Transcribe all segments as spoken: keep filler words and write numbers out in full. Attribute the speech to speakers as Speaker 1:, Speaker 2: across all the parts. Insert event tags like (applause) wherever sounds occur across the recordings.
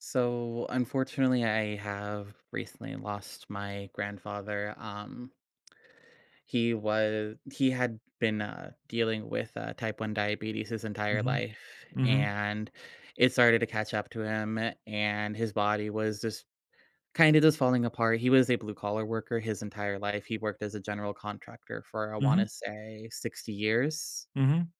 Speaker 1: So unfortunately, I have recently lost my grandfather. Um, he was he had been uh, dealing with uh, type one diabetes his entire
Speaker 2: Mhm.
Speaker 1: life,
Speaker 2: Mhm.
Speaker 1: and it started to catch up to him, and his body was just kind of just falling apart. He was a blue collar worker his entire life. He worked as a general contractor for I want
Speaker 2: Mhm.
Speaker 1: to say sixty years.
Speaker 2: Mhm.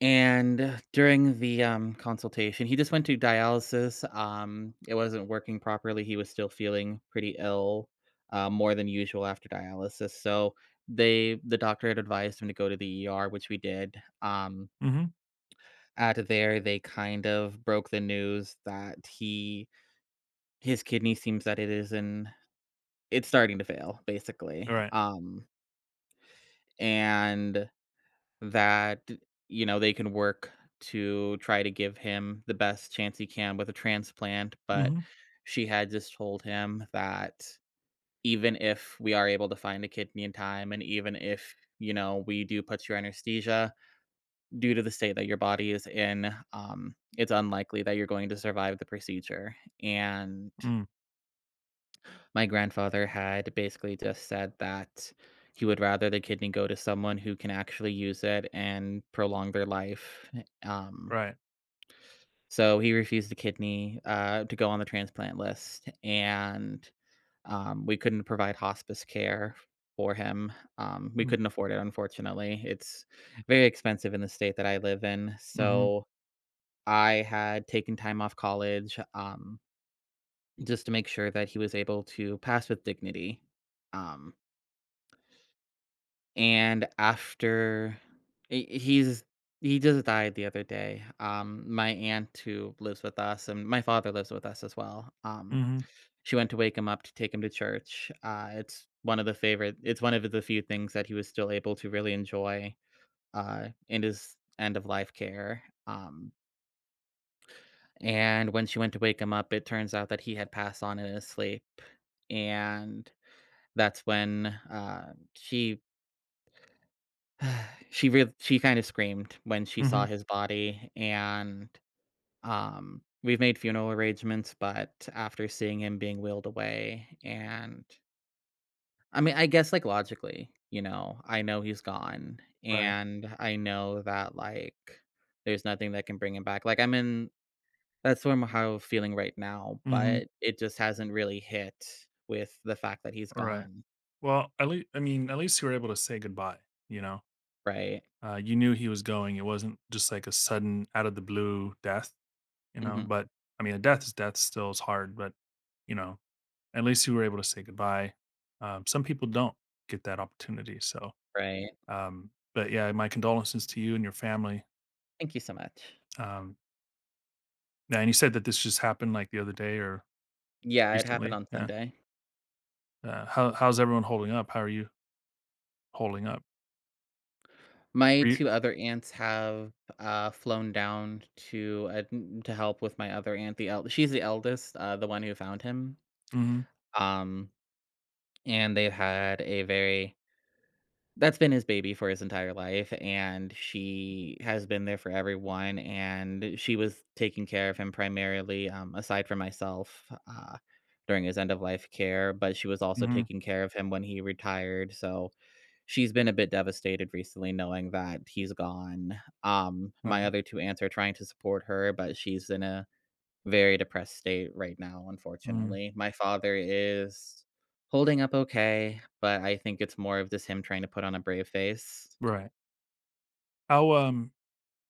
Speaker 1: And during the, um, consultation he just went to dialysis. Um, it wasn't working properly, he was still feeling pretty ill, uh, more than usual after dialysis, so they the doctor had advised him to go to the E R, which we did. Um,
Speaker 2: Mhm.
Speaker 1: out of there, they kind of broke the news that he his kidney seems that it is in it's starting to fail, basically,
Speaker 2: Right.
Speaker 1: um, and that, you know, they can work to try to give him the best chance he can with a transplant. But
Speaker 2: Mhm.
Speaker 1: she had just told him that even if we are able to find a kidney in time, and even if, you know, we do put your anesthesia, due to the state that your body is in, um, it's unlikely that you're going to survive the procedure. And
Speaker 2: Mm.
Speaker 1: my grandfather had basically just said that he would rather the kidney go to someone who can actually use it and prolong their life, um,
Speaker 2: Right.
Speaker 1: so he refused the kidney, uh, to go on the transplant list. And um, we couldn't provide hospice care for him. Um, we
Speaker 2: Mm.
Speaker 1: couldn't afford it, unfortunately. It's very expensive in the state that I live in,
Speaker 2: Mhm.
Speaker 1: so I had taken time off college, um, just to make sure that he was able to pass with dignity, um And after he he's he just died the other day. Um, my aunt who lives with us and my father lives with us as well. Um,
Speaker 2: Mhm.
Speaker 1: she went to wake him up to take him to church. Uh, it's one of the favorite. It's one of the few things that he was still able to really enjoy uh, in his end of life care. Um, and when she went to wake him up, it turns out that he had passed on in his sleep. And that's when uh, she (sighs) She really, she kinda screamed when she saw
Speaker 2: Mhm.
Speaker 1: his body. And, um, we've made funeral arrangements, but after seeing him being wheeled away and I mean, I guess, like, logically, you know, I know he's gone,
Speaker 2: Right.
Speaker 1: and I know that, like, there's nothing that can bring him back. Like, I'm in that's sort of how I'm feeling right now,
Speaker 2: Mhm.
Speaker 1: but it just hasn't really hit with the fact that he's
Speaker 2: Right.
Speaker 1: gone,
Speaker 2: Well, at least I mean, at least you were able to say goodbye, you know?
Speaker 1: right?
Speaker 2: Uh, you knew he was going. It wasn't just like a sudden out of the blue death, you know?
Speaker 1: Mhm,
Speaker 2: But I mean, a death is death still is hard, but you know, at least you were able to say goodbye. Um, some people don't get that opportunity. So,
Speaker 1: right.
Speaker 2: um, but yeah, my condolences to you and your family.
Speaker 1: Thank you so much.
Speaker 2: Um, Yeah, and you said that this just happened, like, the other day or
Speaker 1: Yeah, it happened
Speaker 2: recently,
Speaker 1: on
Speaker 2: yeah.
Speaker 1: Sunday.
Speaker 2: Uh, how how's everyone holding up? How are you holding up?
Speaker 1: My
Speaker 2: Were you
Speaker 1: two other aunts have, uh, flown down to, uh, n to help with my other aunt, the el she's the eldest, uh, the one who found him.
Speaker 2: mhm,
Speaker 1: Um, and they've had a very that's been his baby for his entire life, and she has been there for everyone, and she was taking care of him primarily, um, aside from myself, uh, during his end of life care. But she was also
Speaker 2: mhm,
Speaker 1: taking care of him when he retired, so she's been a bit devastated recently knowing that he's gone. Um, my
Speaker 2: right,
Speaker 1: other two aunts are trying to support her, but she's in a very depressed state right now,
Speaker 2: mm,
Speaker 1: unfortunately. My father is holding up okay, but I think it's more of just him trying to put on a brave face.
Speaker 2: right. How, um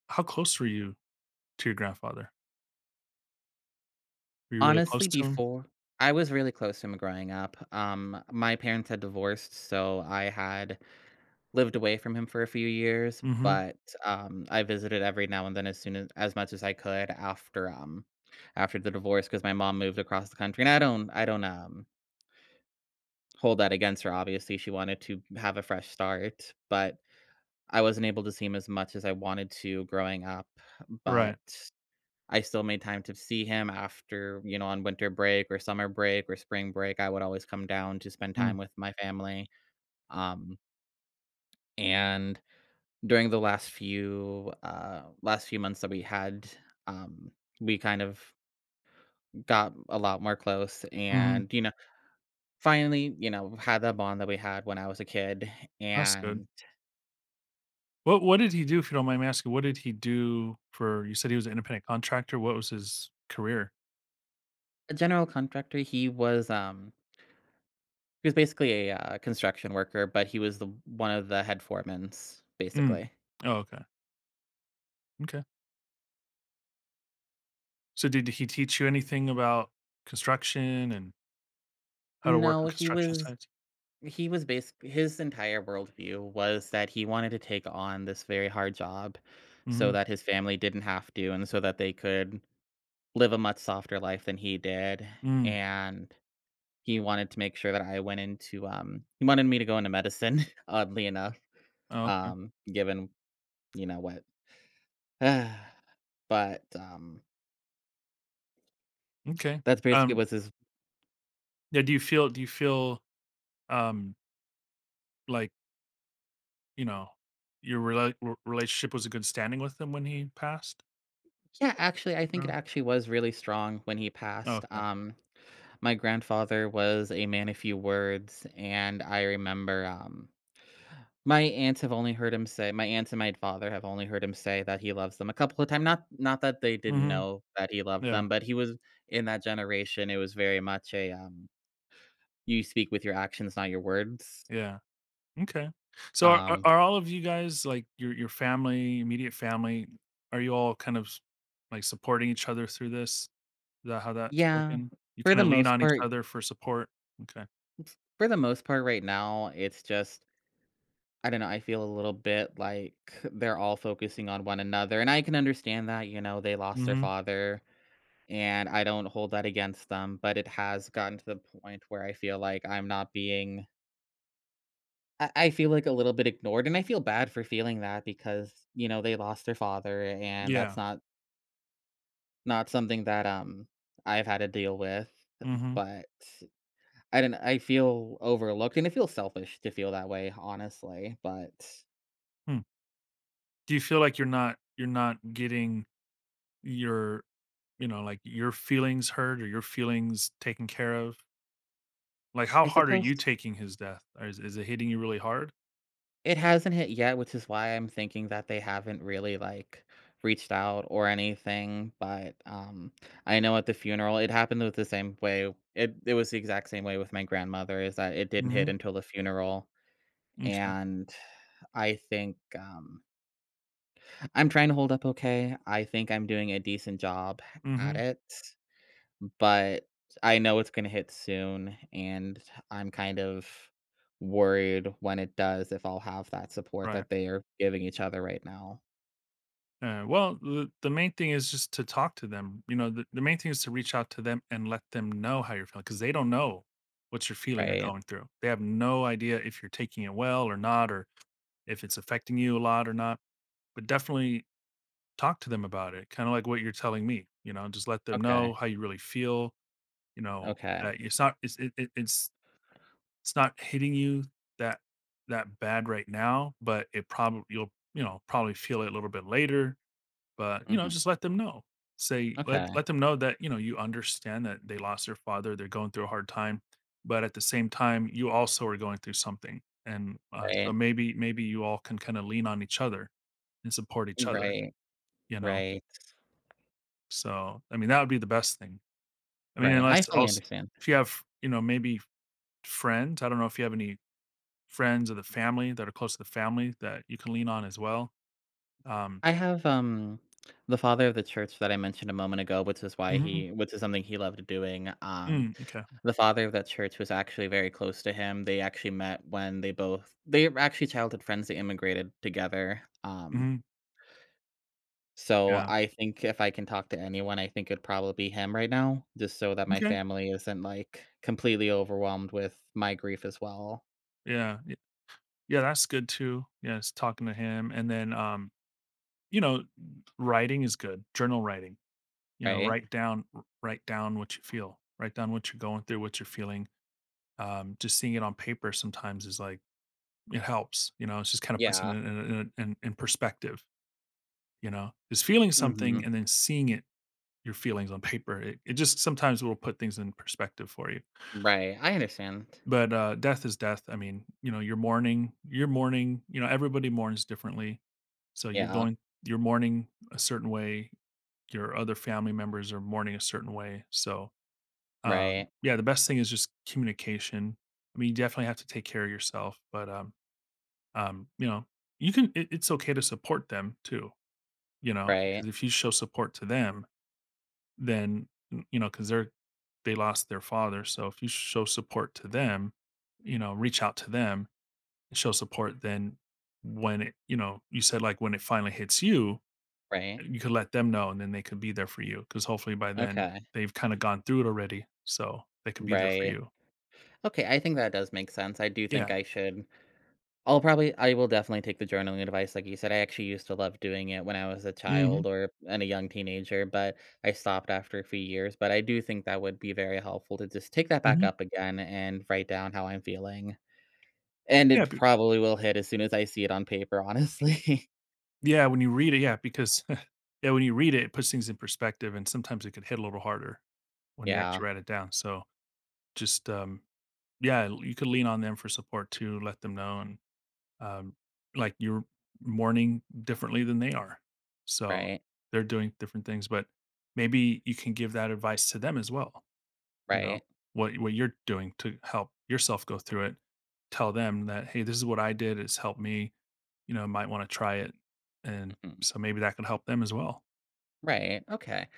Speaker 2: how close were you to your grandfather? Were you really close
Speaker 1: Honestly,
Speaker 2: to him?
Speaker 1: before I was really close to him growing up. Um, my parents had divorced, so I had lived away from him for a few years.
Speaker 2: Mhm,
Speaker 1: But, um, I visited every now and then as soon as as much as I could after, um after the divorce because my mom moved across the country, and I don't I don't, um, hold that against her, obviously. She wanted to have a fresh start, but I wasn't able to see him as much as I wanted to growing up.
Speaker 2: right.
Speaker 1: But I still made time to see him after, you know, on winter break or summer break or spring break. I would always come down to spend
Speaker 2: Mm,
Speaker 1: time with my family, um, and during the last few uh last few months that we had um we kind of got a lot more close,
Speaker 2: mhm,
Speaker 1: and you know finally, you know had that bond that we had when I was a kid.
Speaker 2: that's good.
Speaker 1: And
Speaker 2: What what did he do, if you don't mind me asking? What did he do for you said he was an independent contractor, what was his career?
Speaker 1: a general contractor. He was, um he was basically a uh, construction worker, but he was the one of the head foremans,
Speaker 2: Mm.
Speaker 1: basically.
Speaker 2: Oh, okay, okay. So did he teach you anything about construction and how to work
Speaker 1: No,
Speaker 2: on
Speaker 1: he
Speaker 2: construction
Speaker 1: was
Speaker 2: sites?
Speaker 1: he was basically his entire worldview was that he wanted to take on this very hard job so
Speaker 2: Mhm.
Speaker 1: that his family didn't have to, and so that they could live a much softer life than he did.
Speaker 2: Mm.
Speaker 1: And he wanted to make sure that I went into, um he wanted me to go into medicine, (laughs) oddly enough.
Speaker 2: Oh, okay.
Speaker 1: Um, given, you know, what (sighs) but, um,
Speaker 2: M'kay.
Speaker 1: that's basically
Speaker 2: Um,
Speaker 1: was his.
Speaker 2: yeah, do you feel do you feel, um, like, you know, your rela r relationship was a good standing with him when he passed?
Speaker 1: Yeah, actually, I think it
Speaker 2: Oh,
Speaker 1: actually was really strong when he passed.
Speaker 2: okay.
Speaker 1: Um, my grandfather was a man of few words, and I remember, um My aunts have only heard him say my aunts and my father have only heard him say that he loves them a couple of times. Not not that they didn't
Speaker 2: Mhm.
Speaker 1: know that he loved
Speaker 2: Yeah,
Speaker 1: them, but he was in that generation, it was very much a, um, "You speak with your actions, not your words."
Speaker 2: yeah. Okay. So are are
Speaker 1: Um.
Speaker 2: are all of you guys, like, your your family, immediate family, are you all kind of s like, supporting each other through this? Is that how that's
Speaker 1: Yeah,
Speaker 2: working? You
Speaker 1: for the
Speaker 2: kinda lean
Speaker 1: most
Speaker 2: on each
Speaker 1: part
Speaker 2: other for support? Okay.
Speaker 1: for the most part right now, it's just I don't know, I feel a little bit like they're all focusing on one another, and I can understand that, you know, they lost their
Speaker 2: Mhm.
Speaker 1: father, and I don't hold that against them. But it has gotten to the point where I feel like I'm not being I I feel like a little bit ignored, and I feel bad for feeling that because, you know, they lost their father, and
Speaker 2: Yeah.
Speaker 1: that's not not something that um I've had to deal with.
Speaker 2: Mhm.
Speaker 1: But I don't I feel overlooked, and I feel selfish to feel that way, honestly. But
Speaker 2: Hmm. Do you feel like you're not you're not getting your you know, like, your feelings hurt or your feelings taken care of? Like, how
Speaker 1: I
Speaker 2: hard are
Speaker 1: suppose
Speaker 2: you taking his death? Or is is it hitting you really hard?
Speaker 1: it hasn't hit yet, which is why I'm thinking that they haven't really, like, reached out or anything. But, um, I know at the funeral, it happened with the same way it it was the exact same way with my grandmother, is that it didn't hit
Speaker 2: Mhm.
Speaker 1: until the funeral.
Speaker 2: M'kay.
Speaker 1: And I think, um I'm trying to hold up okay. I think I'm doing a decent job at
Speaker 2: Mhm.
Speaker 1: it. But I know it's gonna hit soon, and I'm kind of worried when it does if I'll have that support
Speaker 2: Right.
Speaker 1: that they are giving each other right now,
Speaker 2: Yeah, well, the the main thing is just to talk to them, you know, the the main thing is to reach out to them and let them know how you're feeling, feeling because they don't know what you're feeling or
Speaker 1: right?
Speaker 2: going through. They have no idea if you're taking it well or not, or if it's affecting you a lot or not, but definitely talk to them about it, kinda like what you're telling me, you know, just let them know
Speaker 1: Okay,
Speaker 2: how you really feel. You know,
Speaker 1: okay,
Speaker 2: that it's not it's it it it's it's not hitting you that that bad right now, but it probably you'll, you know, probably feel it a little bit later, but, you know, just
Speaker 1: mhm,
Speaker 2: let them know. Say let
Speaker 1: okay,
Speaker 2: let them know that, you know, you understand that they lost their father, they're going through a hard time, but at the same time, you also are going through something, and, uh, so
Speaker 1: right,
Speaker 2: maybe maybe you all can kinda lean on each other and support each other,
Speaker 1: right,
Speaker 2: you know?
Speaker 1: right,
Speaker 2: So, I mean, that would be the best thing. I mean,
Speaker 1: right, I
Speaker 2: unless
Speaker 1: fully
Speaker 2: else
Speaker 1: understand.
Speaker 2: if you have, you know, maybe friends. I don't know if you have any friends of the family that are close to the family that you can lean on as well. Um
Speaker 1: I have, um, the father of the church that I mentioned a moment ago, which is why
Speaker 2: Mhm.
Speaker 1: he which is something he loved doing. um
Speaker 2: Mm, okay.
Speaker 1: The father of that church was actually very close to him. They actually met when they both they were actually childhood friends. They immigrated together, um,
Speaker 2: Mhm.
Speaker 1: so
Speaker 2: Yeah.
Speaker 1: I think if I can talk to anyone, I think it'd probably be him right now, just so that my
Speaker 2: Okay.
Speaker 1: family isn't, like, completely overwhelmed with my grief as well,
Speaker 2: Yeah. Y yeah, that's good too. Yes, talking to him, and then, um, you know, writing is good, journal writing. You know,
Speaker 1: right?
Speaker 2: write down w write down what you feel, write down what you're going through, what you're feeling. Um, just seeing it on paper sometimes is like it helps, you know, it's just kinda puts it
Speaker 1: Yeah.
Speaker 2: in in in in in perspective, you know? Just feeling something
Speaker 1: Mhm.
Speaker 2: and then seeing it your feelings on paper. It, it just sometimes will put things in perspective for you.
Speaker 1: Right, I understand.
Speaker 2: But uh, death is death. I mean, you know, you're mourning. You're mourning. You know, everybody mourns differently. So you're
Speaker 1: Yeah.
Speaker 2: going. You're mourning a certain way. Your other family members are mourning a certain way. So um,
Speaker 1: Right.
Speaker 2: yeah, the best thing is just communication. I mean, you definitely have to take care of yourself, but um, um, you know, you can. It, it's okay to support them too. You know,
Speaker 1: Right.
Speaker 2: because if you show support to them, then, n you know because 'cause they're they lost their father, so if you show support to them, you know, reach out to them and show support, then when it you know, you said, like, when it finally hits you, eh,
Speaker 1: Right.
Speaker 2: you could let them know, and then they could be there for you. Because hopefully by then,
Speaker 1: Okay.
Speaker 2: they've kinda gone through it already, so they could be there for
Speaker 1: Right.
Speaker 2: you.
Speaker 1: Okay, I think that does make sense. I do think
Speaker 2: Yeah.
Speaker 1: I should I'll probably I will definitely take the journaling advice, like you said. I actually used to love doing it when I was a child
Speaker 2: Mhm.
Speaker 1: or and a young teenager, but I stopped after a few years. But I do think that would be very helpful to just take that back
Speaker 2: Mhm.
Speaker 1: up again and write down how I'm feeling, and it
Speaker 2: Yeah, b
Speaker 1: probably will hit as soon as I see it on paper, honestly. (laughs)
Speaker 2: yeah, when you read it, yeah, because (laughs) yeah, when you read it, it puts things in perspective, and sometimes it could hit a little harder when you
Speaker 1: Yeah,
Speaker 2: actually write it down, so just, um yeah, you could lean on them for support too, let them know and, um, like, you're mourning differently than they are. So,
Speaker 1: right,
Speaker 2: they're doing different things, but maybe you can give that advice to them as well, you know?
Speaker 1: right,
Speaker 2: What what you're doing to help yourself go through it, tell them that, "Hey, this is what I did, it's helped me, you know, might wanna try it." And
Speaker 1: mm,
Speaker 2: so maybe that could help them as well.
Speaker 1: right, okay.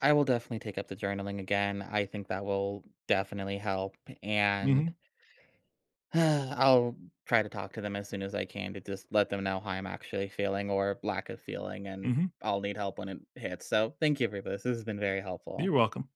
Speaker 1: I will definitely take up the journaling again. I think that will definitely help, and
Speaker 2: Mhm,
Speaker 1: (sighs) I'll try to talk to them as soon as I can to just let them know how I'm actually feeling, or lack of feeling. And
Speaker 2: mhm.
Speaker 1: I'll need help when it hits. So, thank you for this. This has been very
Speaker 2: You're
Speaker 1: helpful.
Speaker 2: welcome.